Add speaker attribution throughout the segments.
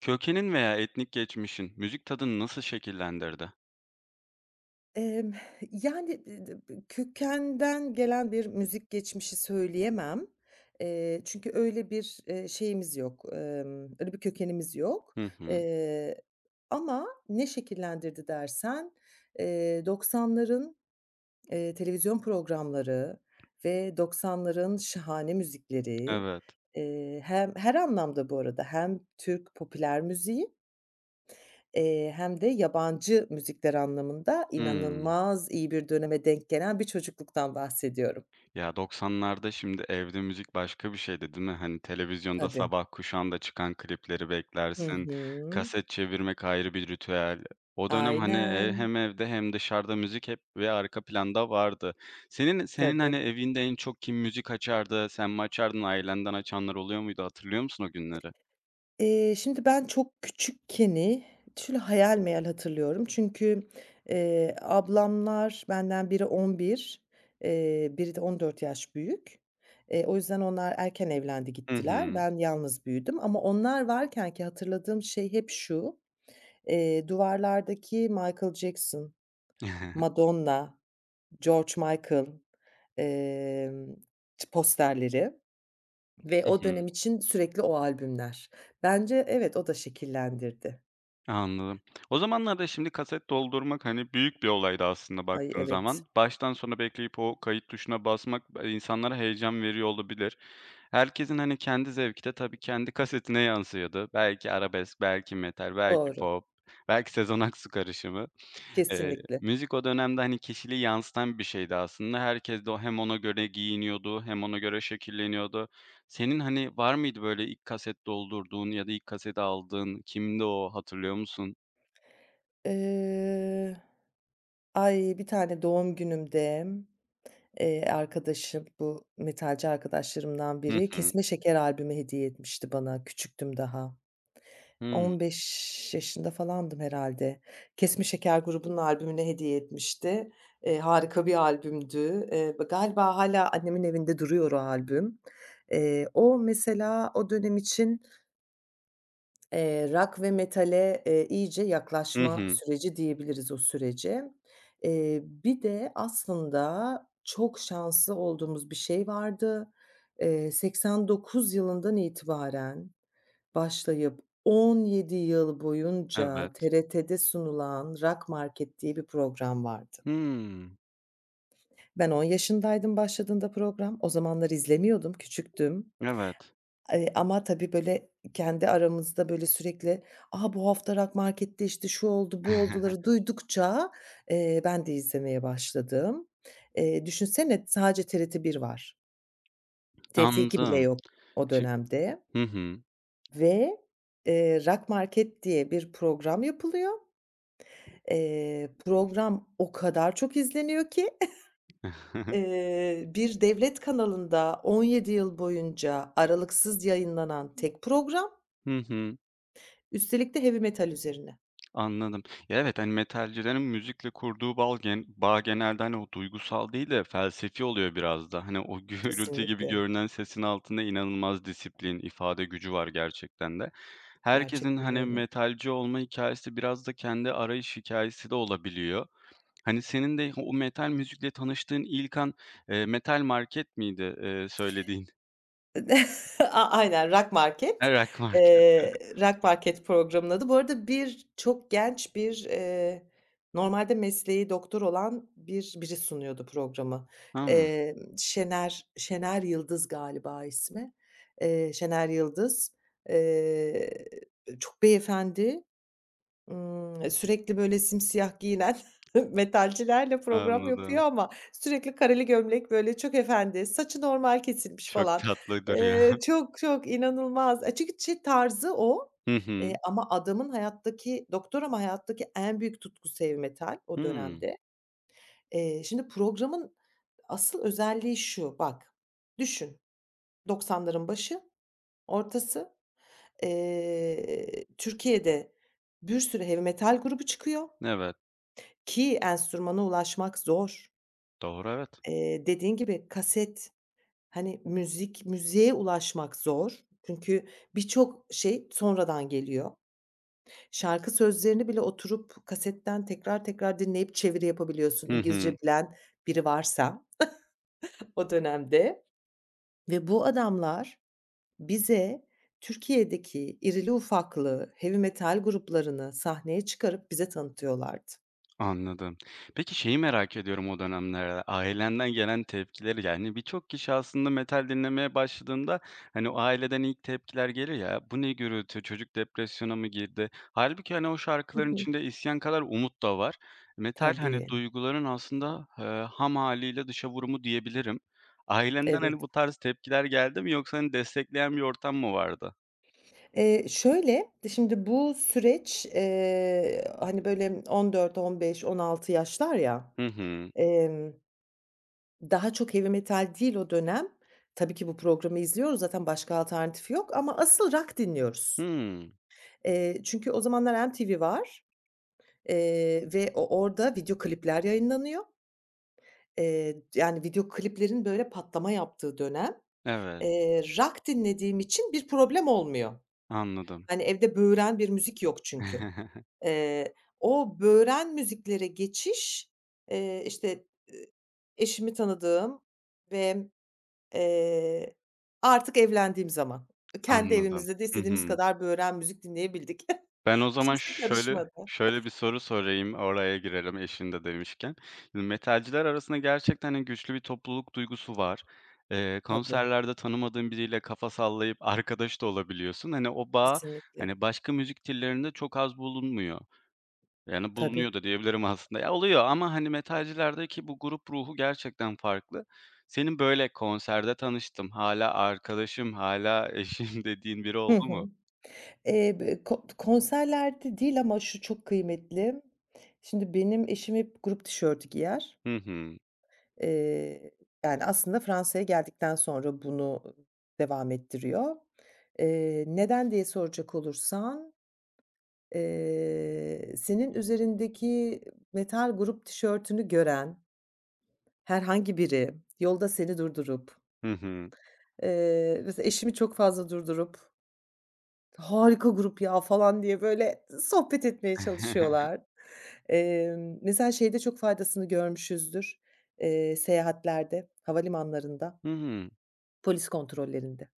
Speaker 1: Kökenin veya etnik geçmişin müzik tadını nasıl şekillendirdi?
Speaker 2: Emm, yani, d d b kökenden gelen bir müzik geçmişi söyleyemem. Çünkü öyle bir, şeyimiz yok, öyle bir kökenimiz yok.
Speaker 1: Hı hı.
Speaker 2: Eee, Ama ne şekillendirdi dersen, 90'ların, televizyon programları ve 90'ların şahane müzikleri,
Speaker 1: Evet.
Speaker 2: hem her anlamda bu arada hem Türk popüler müziği, hem de yabancı müzikler anlamında
Speaker 1: Hımm.
Speaker 2: inanılmaz iyi bir döneme denk gelen bir çocukluktan bahsediyorum.
Speaker 1: Ya, doksanlarda şimdi evde müzik başka bir şeydi, değil mi? Hani, televizyonda
Speaker 2: Tabii.
Speaker 1: sabah kuşağında çıkan klipleri
Speaker 2: Hı
Speaker 1: beklersin.
Speaker 2: hı.
Speaker 1: Kaset çevirmek ayrı bir ritüel. O dönem, hani,
Speaker 2: Aynen.
Speaker 1: hem evde hem dışarıda müzik hep ve arka planda vardı. Senin, hani,
Speaker 2: Tabii.
Speaker 1: evinde en çok kim müzik açardı? Sen mi açardın? Ailenden açanlar oluyor muydu? Hatırlıyor musun o günleri?
Speaker 2: Şimdi ben çok küçükkeni şöyle hayal meyal hatırlıyorum. Çünkü, ablamlar benden biri 11, biri de 14 yaş büyük. O yüzden onlar erken evlendi
Speaker 1: Hı
Speaker 2: gittiler.
Speaker 1: hı.
Speaker 2: Ben yalnız büyüdüm ama onlar varkenki hatırladığım şey hep şu: duvarlardaki Michael Jackson, Madonna, George Michael, emm, posterleri ve
Speaker 1: Hı
Speaker 2: o
Speaker 1: hı.
Speaker 2: dönem için sürekli o albümler. Bence evet, o da şekillendirdi.
Speaker 1: Anladım. O zamanlarda şimdi kaset doldurmak, hani, büyük bir olaydı aslında
Speaker 2: Ay,
Speaker 1: baktığın
Speaker 2: evet,
Speaker 1: zaman. Baştan sona bekleyip o kayıt tuşuna basmak, insanlara heyecan veriyor olabilir. Herkesin, hani, kendi zevki de tabii kendi kasetine yansıyordu. Belki arabesk, belki metal, belki
Speaker 2: doğru,
Speaker 1: pop, belki Sezen Aksu karışımı.
Speaker 2: kesinlikle.
Speaker 1: Müzik o dönemde, hani, kişiliği yansıtan bir şeydi aslında. Herkes de o hem ona göre giyiniyordu hem ona göre şekilleniyordu. Senin, hani, var mıydı böyle ilk kaset doldurduğun ya da ilk kaseti aldığın? Kimdi o, hatırlıyor musun?
Speaker 2: Eee, Ay, bir tane doğum günümde, arkadaşım, bu metalci arkadaşlarımdan
Speaker 1: Hı
Speaker 2: biri,
Speaker 1: hı.
Speaker 2: Kesme Şeker albümü hediye etmişti bana, küçüktüm daha.
Speaker 1: Hımm.
Speaker 2: 15 yaşında falandım herhâlde. Kesme Şeker grubunun albümünü hediye etmişti. Harika bir albümdü. B Galiba hâlâ annemin evinde duruyor o albüm. O mesela o dönem için, rock ve metale, iyice
Speaker 1: Hı
Speaker 2: yaklaşma
Speaker 1: hı.
Speaker 2: süreci diyebiliriz o sürece. Bir de aslında çok şanslı olduğumuz bir şey vardı. 89 yılından itibaren başlayıp 17 yıl boyunca
Speaker 1: Evet.
Speaker 2: TRT'de sunulan Rock Market diye bir program vardı.
Speaker 1: Hımm.
Speaker 2: Ben 10 yaşındaydım başladığında program. O zamanlar izlemiyordum, küçüktüm.
Speaker 1: Evet.
Speaker 2: Ama tabii, böyle, kendi aramızda, böyle, sürekli, "A, bu hafta Rock Market'te, işte, şu oldu, bu oldu."ları duydukça, ben de izlemeye başladım. Düşünsene sadece TRT1 var. TRT2 bile
Speaker 1: Anladım.
Speaker 2: yok o
Speaker 1: Şi
Speaker 2: dönemde
Speaker 1: Hı hı.
Speaker 2: ve, Rock Market diye bir program yapılıyor. Program o kadar çok izleniyor ki, bir devlet kanalında 17 yıl boyunca aralıksız yayınlanan tek program,
Speaker 1: Hı hı.
Speaker 2: üstelik de heavy metal üzerine.
Speaker 1: Anladım. Ya, evet, hani, metalcilerin müzikle kurduğu bal gen bağ genelde, hani, o duygusal değil de felsefi oluyor biraz da. Hani, o gürültü gibi
Speaker 2: Kesinlikle,
Speaker 1: görünen sesin altında inanılmaz disiplin, ifade gücü var gerçekten de. Herkesin,
Speaker 2: gerçekten
Speaker 1: hani,
Speaker 2: öyle.
Speaker 1: metalci olma hikâyesi biraz da kendi arayış hikâyesi de olabiliyor. Hani, senin de o metal müzikle tanıştığın ilk an, metal market miydi, söylediğin?
Speaker 2: Aynen, Rock
Speaker 1: Ha,
Speaker 2: Market.
Speaker 1: rock market.
Speaker 2: Rock Market programının adı. Bu arada bir çok genç bir, normalde mesleği doktor olan biri sunuyordu programı.
Speaker 1: Hımm,
Speaker 2: Şener Yıldız galiba ismi. Şener Yıldız, eee, çok beyefendi. Sürekli böyle simsiyah giyinen metalcilerle program
Speaker 1: anladım.
Speaker 2: yapıyor ama sürekli kareli gömlek, böyle çok efendi, saçı normal kesilmiş
Speaker 1: Çok
Speaker 2: falan.
Speaker 1: tatlı duruyor.
Speaker 2: Çok, çok inanılmaz. Çünkü tarzı o,
Speaker 1: Hı hı.
Speaker 2: ama adamın hayattaki doktor ama hayattaki en büyük tutkusu heavy metal o
Speaker 1: Hımm.
Speaker 2: dönemde. Şimdi programın asıl özelliği şu, bak, düşün, doksanların başı, ortası, Türkiye'de bir sürü heavy metal grubu çıkıyor.
Speaker 1: Evet.
Speaker 2: Ki enstrümana ulaşmak zor.
Speaker 1: Doğru, evet.
Speaker 2: Dediğin gibi kaset, hani, müziğe ulaşmak zor. Çünkü birçok şey sonradan geliyor. Şarkı sözlerini bile oturup kasetten tekrar tekrar dinleyip çeviri yapabiliyorsun
Speaker 1: Hı hı.
Speaker 2: İngilizce bilen biri varsa o dönemde, ve bu adamlar bize Türkiye'deki irili ufaklı heavy metal gruplarını sahneye çıkarıp bize tanıtıyorlardı.
Speaker 1: Anladım. Peki şeyi merak ediyorum o dönemlerde, ailenden gelen tepkileri, yani, birçok kişi aslında metal dinlemeye başladığında, hani, o aileden ilk tepkiler gelir ya, "Bu ne gürültü, çocuk depresyona mı girdi?" Halbuki hani, o
Speaker 2: Hı
Speaker 1: şarkıların
Speaker 2: hı.
Speaker 1: içinde isyan kadar umut da var. Metal, hani,
Speaker 2: Tabii,
Speaker 1: duyguların aslında, ham haliyle dışa vurumu diyebilirim. Ailenden,
Speaker 2: evet.
Speaker 1: hani, bu tarz tepkiler geldi mi yoksa, hani, destekleyen bir ortam mı vardı?
Speaker 2: Şöyle, şimdi bu süreç, hani, böyle 14-15-16 yaşlar ya,
Speaker 1: Hı hı.
Speaker 2: emm daha çok heavy metal değil o dönem. Tabii ki bu programı izliyoruz, zaten başka alternatifi yok ama asıl rock dinliyoruz.
Speaker 1: Hımm.
Speaker 2: Çünkü o zamanlar MTV var, ve o orada video klipler yayınlanıyor. Yani video kliplerin böyle patlama yaptığı dönem.
Speaker 1: Evet,
Speaker 2: Rock dinlediğim için bir problem olmuyor.
Speaker 1: anladım.
Speaker 2: Hani evde böğüren bir müzik yok çünkü. Eee, O böğüren müziklere geçiş, eee, işte, eee, eşimi tanıdığım ve Eee, artık evlendiğim zaman. Kendi
Speaker 1: Anladım.
Speaker 2: evimizde de
Speaker 1: Hı
Speaker 2: istediğimiz
Speaker 1: hı.
Speaker 2: kadar böğren müzik dinleyebildik.
Speaker 1: Ben o zaman
Speaker 2: Kimse
Speaker 1: şöyle
Speaker 2: karışmadı.
Speaker 1: şöyle bir soru sorayım, oraya girelim eşinde demişken. Şimdi metalciler arasında gerçekten, hani, güçlü bir topluluk duygusu var.
Speaker 2: Tabii,
Speaker 1: Konserlerde tanımadığın biriyle kafa sallayıp arkadaş da olabiliyorsun. Hani, o bağ,
Speaker 2: kesinlikle.
Speaker 1: hani, başka müzik türlerinde çok az bulunmuyor. Yani
Speaker 2: Tabii.
Speaker 1: bulunuyor da diyebilirim aslında. Ya, oluyor ama, hani, metalcilerdeki bu grup ruhu gerçekten farklı. Senin böyle konserde tanıştım, hala arkadaşım, hala eşim dediğin biri
Speaker 2: Hı
Speaker 1: oldu mu?
Speaker 2: hı. B ko Konserlerde değil ama şu çok kıymetli. Şimdi benim eşim hep grup tişörtü giyer.
Speaker 1: Hı hı.
Speaker 2: Eee, Yani, aslında Fransa'ya geldikten sonra bunu devam ettiriyor. Neden diye soracak olursan, senin üzerindeki metal grup tişörtünü gören herhangi biri yolda seni durdurup,
Speaker 1: Hı hı.
Speaker 2: mesela eşimi çok fazla durdurup "Harika grup ya!" falan diye böyle sohbet etmeye çalışıyorlar. Mesela şeyde çok faydasını görmüşüzdür, seyahatlerde, havalimanlarında,
Speaker 1: Hı hı.
Speaker 2: polis kontrollerinde.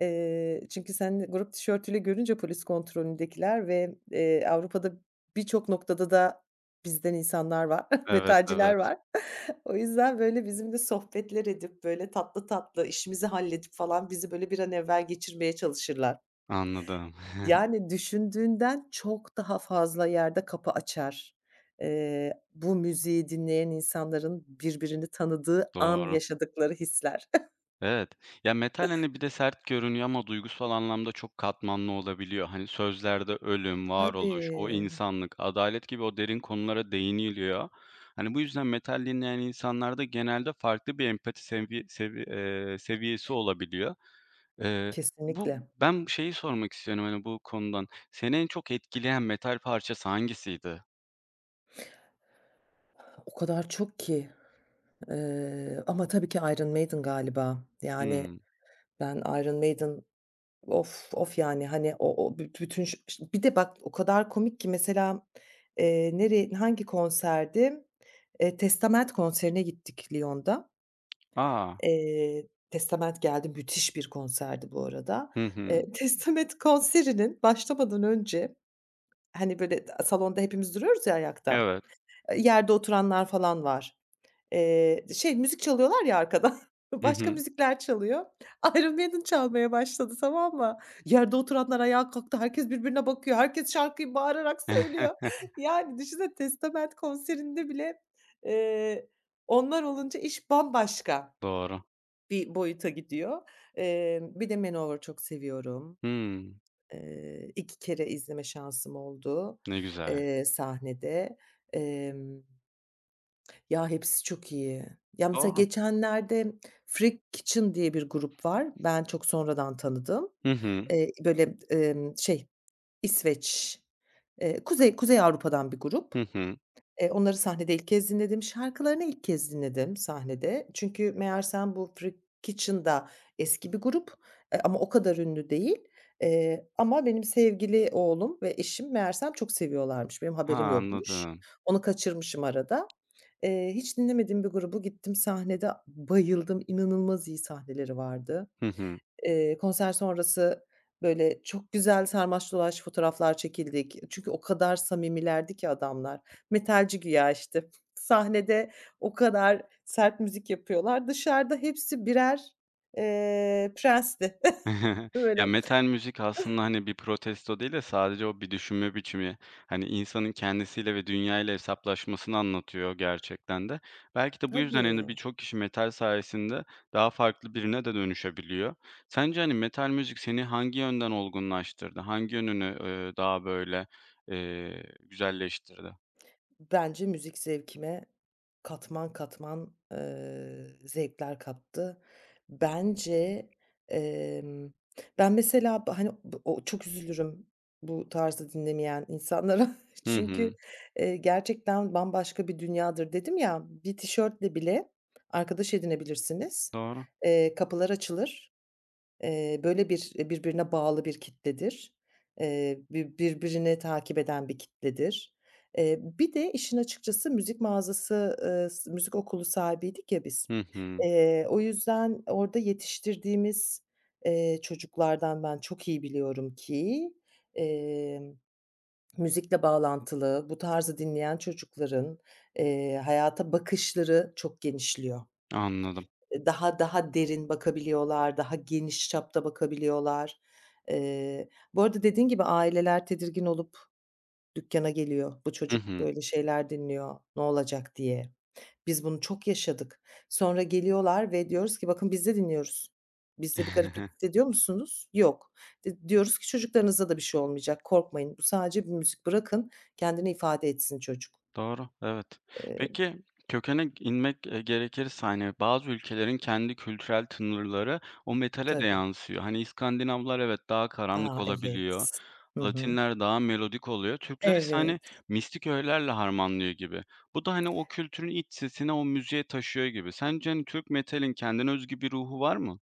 Speaker 2: Çünkü sen grup tişörtüyle görünce polis kontrolündekiler ve, Avrupa'da birçok noktada da bizden insanlar var,
Speaker 1: Evet,
Speaker 2: metalciler
Speaker 1: evet.
Speaker 2: var. O yüzden, böyle, bizimle sohbetler edip, böyle, tatlı tatlı işimizi halledip falan bizi, böyle, bir an evvel geçirmeye çalışırlar.
Speaker 1: Anladım.
Speaker 2: Yani düşündüğünden çok daha fazla yerde kapı açar. Bu müziği dinleyen insanların birbirini tanıdığı an
Speaker 1: Doğru.
Speaker 2: yaşadıkları hisler.
Speaker 1: Evet. Ya, metal, hani, bir de sert görünüyor ama duygusal anlamda çok katmanlı olabiliyor. Hani, sözlerde ölüm, varoluş, o
Speaker 2: Tabii,
Speaker 1: insanlık, adalet gibi o derin konulara değiniliyor. Hani, bu yüzden metal dinleyen insanlarda genelde farklı bir empati seviyesi olabiliyor. Eee, bu
Speaker 2: kesinlikle.
Speaker 1: Ben şeyi sormak istiyorum, hani, bu konudan. Seni en çok etkileyen metal parçası hangisiydi?
Speaker 2: O kadar çok ki. Ama tabii ki Iron Maiden galiba. Yani,
Speaker 1: Hımm.
Speaker 2: ben Iron Maiden, of, of yani, hani, o o bütün ş ş bir de bak o kadar komik ki mesela, nereye hangi konserdi? Testament konserine gittik Lyon'da.
Speaker 1: A!
Speaker 2: Testament geldi. Müthiş bir konserdi bu arada.
Speaker 1: Hı hı.
Speaker 2: Testament konserinin başlamadan önce, hani, böyle, salonda hepimiz duruyoruz ya ayakta,
Speaker 1: Evet.
Speaker 2: yerde oturanlar falan var. Şey, müzik çalıyorlar ya arkada, başka müzikler çalıyor. Iron Maiden çalmaya başladı, tamam mı? Yerde oturanlar ayağa kalktı, herkes birbirine bakıyor, herkes şarkıyı bağırarak söylüyor. Yani düşünsene Testament konserinde bile, eee, onlar olunca iş bambaşka
Speaker 1: Doğru.
Speaker 2: bir boyuta gidiyor. Bir de Manowar çok seviyorum.
Speaker 1: Hımm,
Speaker 2: 2 kere izleme şansım oldu,
Speaker 1: ne güzel.
Speaker 2: sahnede. Ya, hepsi çok iyi. Ya, mesela
Speaker 1: Doğru.
Speaker 2: geçenlerde Freak Kitchen diye bir grup var. Ben çok sonradan tanıdım.
Speaker 1: Hı hı.
Speaker 2: Eee, böyle, emm, şey, İsveç, Kuzey Avrupa'dan bir grup.
Speaker 1: Hı hı.
Speaker 2: Onları sahnede ilk kez dinledim. Şarkılarını ilk kez dinledim sahnede. Çünkü meğersem bu Freak Kitchen'da eski bir grup, ama o kadar ünlü değil. Ama benim sevgili oğlum ve eşim meğersem çok seviyorlarmış. Benim haberim
Speaker 1: Ha,
Speaker 2: yokmuş.
Speaker 1: anladım.
Speaker 2: Onu kaçırmışım arada. Hiç dinlemediğim bir grubu gittim sahnede bayıldım. İnanılmaz iyi sahneleri vardı.
Speaker 1: Hı hı.
Speaker 2: Konser sonrası, böyle, çok güzel sarmaş dolaş fotoğraflar çekildik. Çünkü o kadar samimilerdi ki adamlar. Metalci güya, işte. Sahnede o kadar sert müzik yapıyorlar. Dışarıda hepsi birer, prensti.
Speaker 1: Ya,
Speaker 2: Böyle.
Speaker 1: metal müzik aslında, hani, bir protesto değil de sadece o bir düşünme biçimi, hani, insanın kendisiyle ve dünyayla hesaplaşmasını anlatıyor gerçekten de. Belki de bu yüzden, hani,
Speaker 2: Tabii.
Speaker 1: birçok kişi metal sayesinde daha farklı birine de dönüşebiliyor. Sence, hani, metal müzik seni hangi yönden olgunlaştırdı? Hangi yönünü, daha böyle, güzelleştirdi?
Speaker 2: Bence müzik zevkime katman katman, zevkler kattı. Bence, emm, ben mesela hani, o çok üzülürüm bu tarzı dinlemeyen insanlara.
Speaker 1: Hı hı.
Speaker 2: Çünkü, gerçekten bambaşka bir dünyadır. Dedim ya, bir tişörtle bile arkadaş edinebilirsiniz.
Speaker 1: Doğru.
Speaker 2: Kapılar açılır. Böyle bir birbirine bağlı bir kitledir. Birbirini takip eden bir kitledir. Bir de işin açıkçası müzik mağazası, s müzik okulu sahibiydik ya biz.
Speaker 1: Hı hı,
Speaker 2: O yüzden orada yetiştirdiğimiz, çocuklardan ben çok iyi biliyorum ki, eee, müzikle bağlantılı, bu tarzı dinleyen çocukların, hayata bakışları çok genişliyor,
Speaker 1: anladım.
Speaker 2: daha derin bakabiliyorlar, daha geniş çapta bakabiliyorlar. Bu arada dediğin gibi aileler tedirgin olup dükkana geliyor. Bu
Speaker 1: Hı
Speaker 2: çocuk
Speaker 1: hı.
Speaker 2: böyle şeyler dinliyor, ne olacak diye. Biz bunu çok yaşadık. Sonra geliyorlar ve diyoruz ki bakın biz de dinliyoruz. Bizde bir gariplik hissediyor musunuz? Yok. Diyoruz ki çocuklarınızda da bir şey olmayacak, korkmayın. Bu sadece bir müzik. Bırakın kendini ifade etsin çocuk.
Speaker 1: Doğru, evet.
Speaker 2: Eee,
Speaker 1: Peki, kökene inmek, gerekirse, hani, bazı ülkelerin kendi kültürel tınırları o metale de
Speaker 2: tabii.
Speaker 1: yansıyor. Hani, İskandinavlar evet, daha karanlık
Speaker 2: A,
Speaker 1: olabiliyor.
Speaker 2: evet. Hı hı.
Speaker 1: Latinler daha melodik oluyor. Türkler ise,
Speaker 2: Evet.
Speaker 1: hani, mistik öğelerle harmanlıyor gibi. Bu da, hani, o kültürün iç sesini o müziğe taşıyor gibi. Sence, hani, Türk metalin kendine özgü bir ruhu var mı?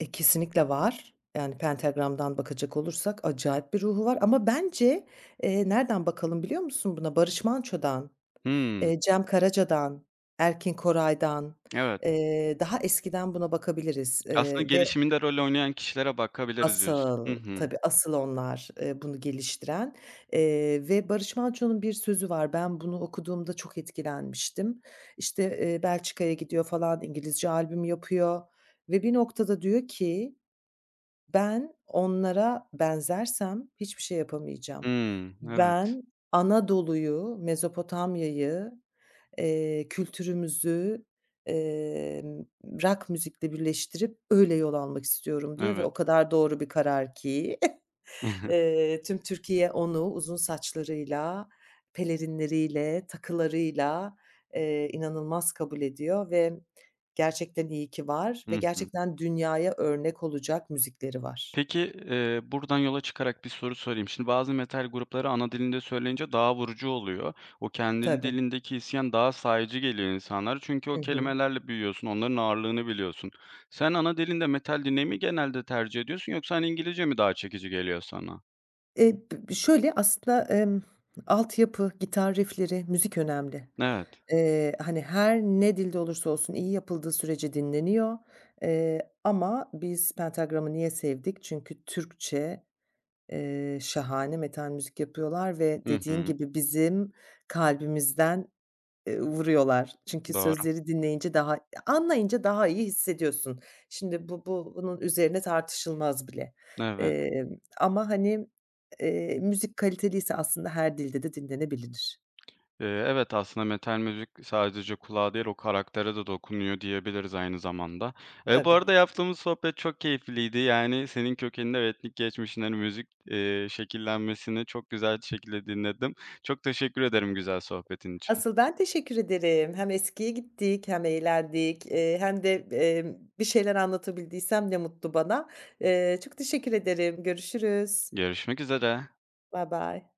Speaker 2: Kesinlikle var. Yani pentagramdan bakacak olursak acayip bir ruhu var ama bence, nereden bakalım biliyor musun buna? Barış Manço'dan,
Speaker 1: Hımm,
Speaker 2: Cem Karaca'dan, Erkin Koray'dan,
Speaker 1: evet.
Speaker 2: daha eskiden buna bakabiliriz,
Speaker 1: Aslında
Speaker 2: ve
Speaker 1: gelişiminde rol oynayan kişilere bakabiliriz diyorsun. Hı
Speaker 2: asıl,
Speaker 1: hı.
Speaker 2: tabii asıl onlar, bunu geliştiren, ve Barış Manço'nun bir sözü var. Ben bunu okuduğumda çok etkilenmiştim. İşte, Belçika'ya gidiyor falan, İngilizce albüm yapıyor ve bir noktada diyor ki ben onlara benzersem hiçbir şey yapamayacağım.
Speaker 1: Hımm, evet.
Speaker 2: Ben Anadolu'yu, Mezopotamya'yı, kültürümüzü, emm, rock müzikle birleştirip öyle yol almak istiyorum diyor, ve
Speaker 1: Evet.
Speaker 2: o kadar doğru bir karar ki, tüm Türkiye onu uzun saçlarıyla, pelerinleriyle, takılarıyla, inanılmaz kabul ediyor ve gerçekten iyi ki var ve
Speaker 1: Hı hı.
Speaker 2: gerçekten dünyaya örnek olacak müzikleri var.
Speaker 1: Peki, buradan yola çıkarak bir soru sorayım. Şimdi bazı metal grupları ana dilinde söyleyince daha vurucu oluyor. O kendi
Speaker 2: Tabii.
Speaker 1: dilindeki isyan daha sayıcı geliyor insanlara çünkü o
Speaker 2: Hı hı.
Speaker 1: kelimelerle büyüyorsun, onların ağırlığını biliyorsun. Sen ana dilinde metal dinlemeyi mi genelde tercih ediyorsun yoksa, hani, İngilizce mi daha çekici geliyor sana?
Speaker 2: Eee, b Şöyle aslında, altyapı, gitar riff'leri, müzik önemli.
Speaker 1: Evet.
Speaker 2: Hani, her ne dilde olursa olsun iyi yapıldığı sürece dinleniyor, ama biz Pentagram'ı niye sevdik? Çünkü Türkçe, şahane metal müzik yapıyorlar ve
Speaker 1: Hı
Speaker 2: dediğin
Speaker 1: hı.
Speaker 2: gibi bizim kalbimizden vuruyorlar. Çünkü
Speaker 1: Doğru.
Speaker 2: sözleri dinleyince daha anlayınca daha iyi hissediyorsun. Şimdi bu bu bunun üzerine tartışılmaz bile.
Speaker 1: Evet.
Speaker 2: Emm, Ama, hani, müzik kaliteliyse aslında her dilde de dinlenebilir.
Speaker 1: Evet, aslında metal müzik sadece kulağa değil, o karaktere de dokunuyor diyebiliriz aynı zamanda. Bu
Speaker 2: Tabii.
Speaker 1: arada yaptığımız sohbet çok keyifliydi. Yani senin kökeninde ve etnik geçmişine müzik, şekillenmesini çok güzel bir şekilde dinledim. Çok teşekkür ederim güzel sohbetin için.
Speaker 2: Asıl ben teşekkür ederim. Hem eskiye gittik hem eğlendik, hem de, bir şeyler anlatabildiysem ne mutlu bana. Çok teşekkür ederim. Görüşürüz.
Speaker 1: Görüşmek üzere.
Speaker 2: Baybay.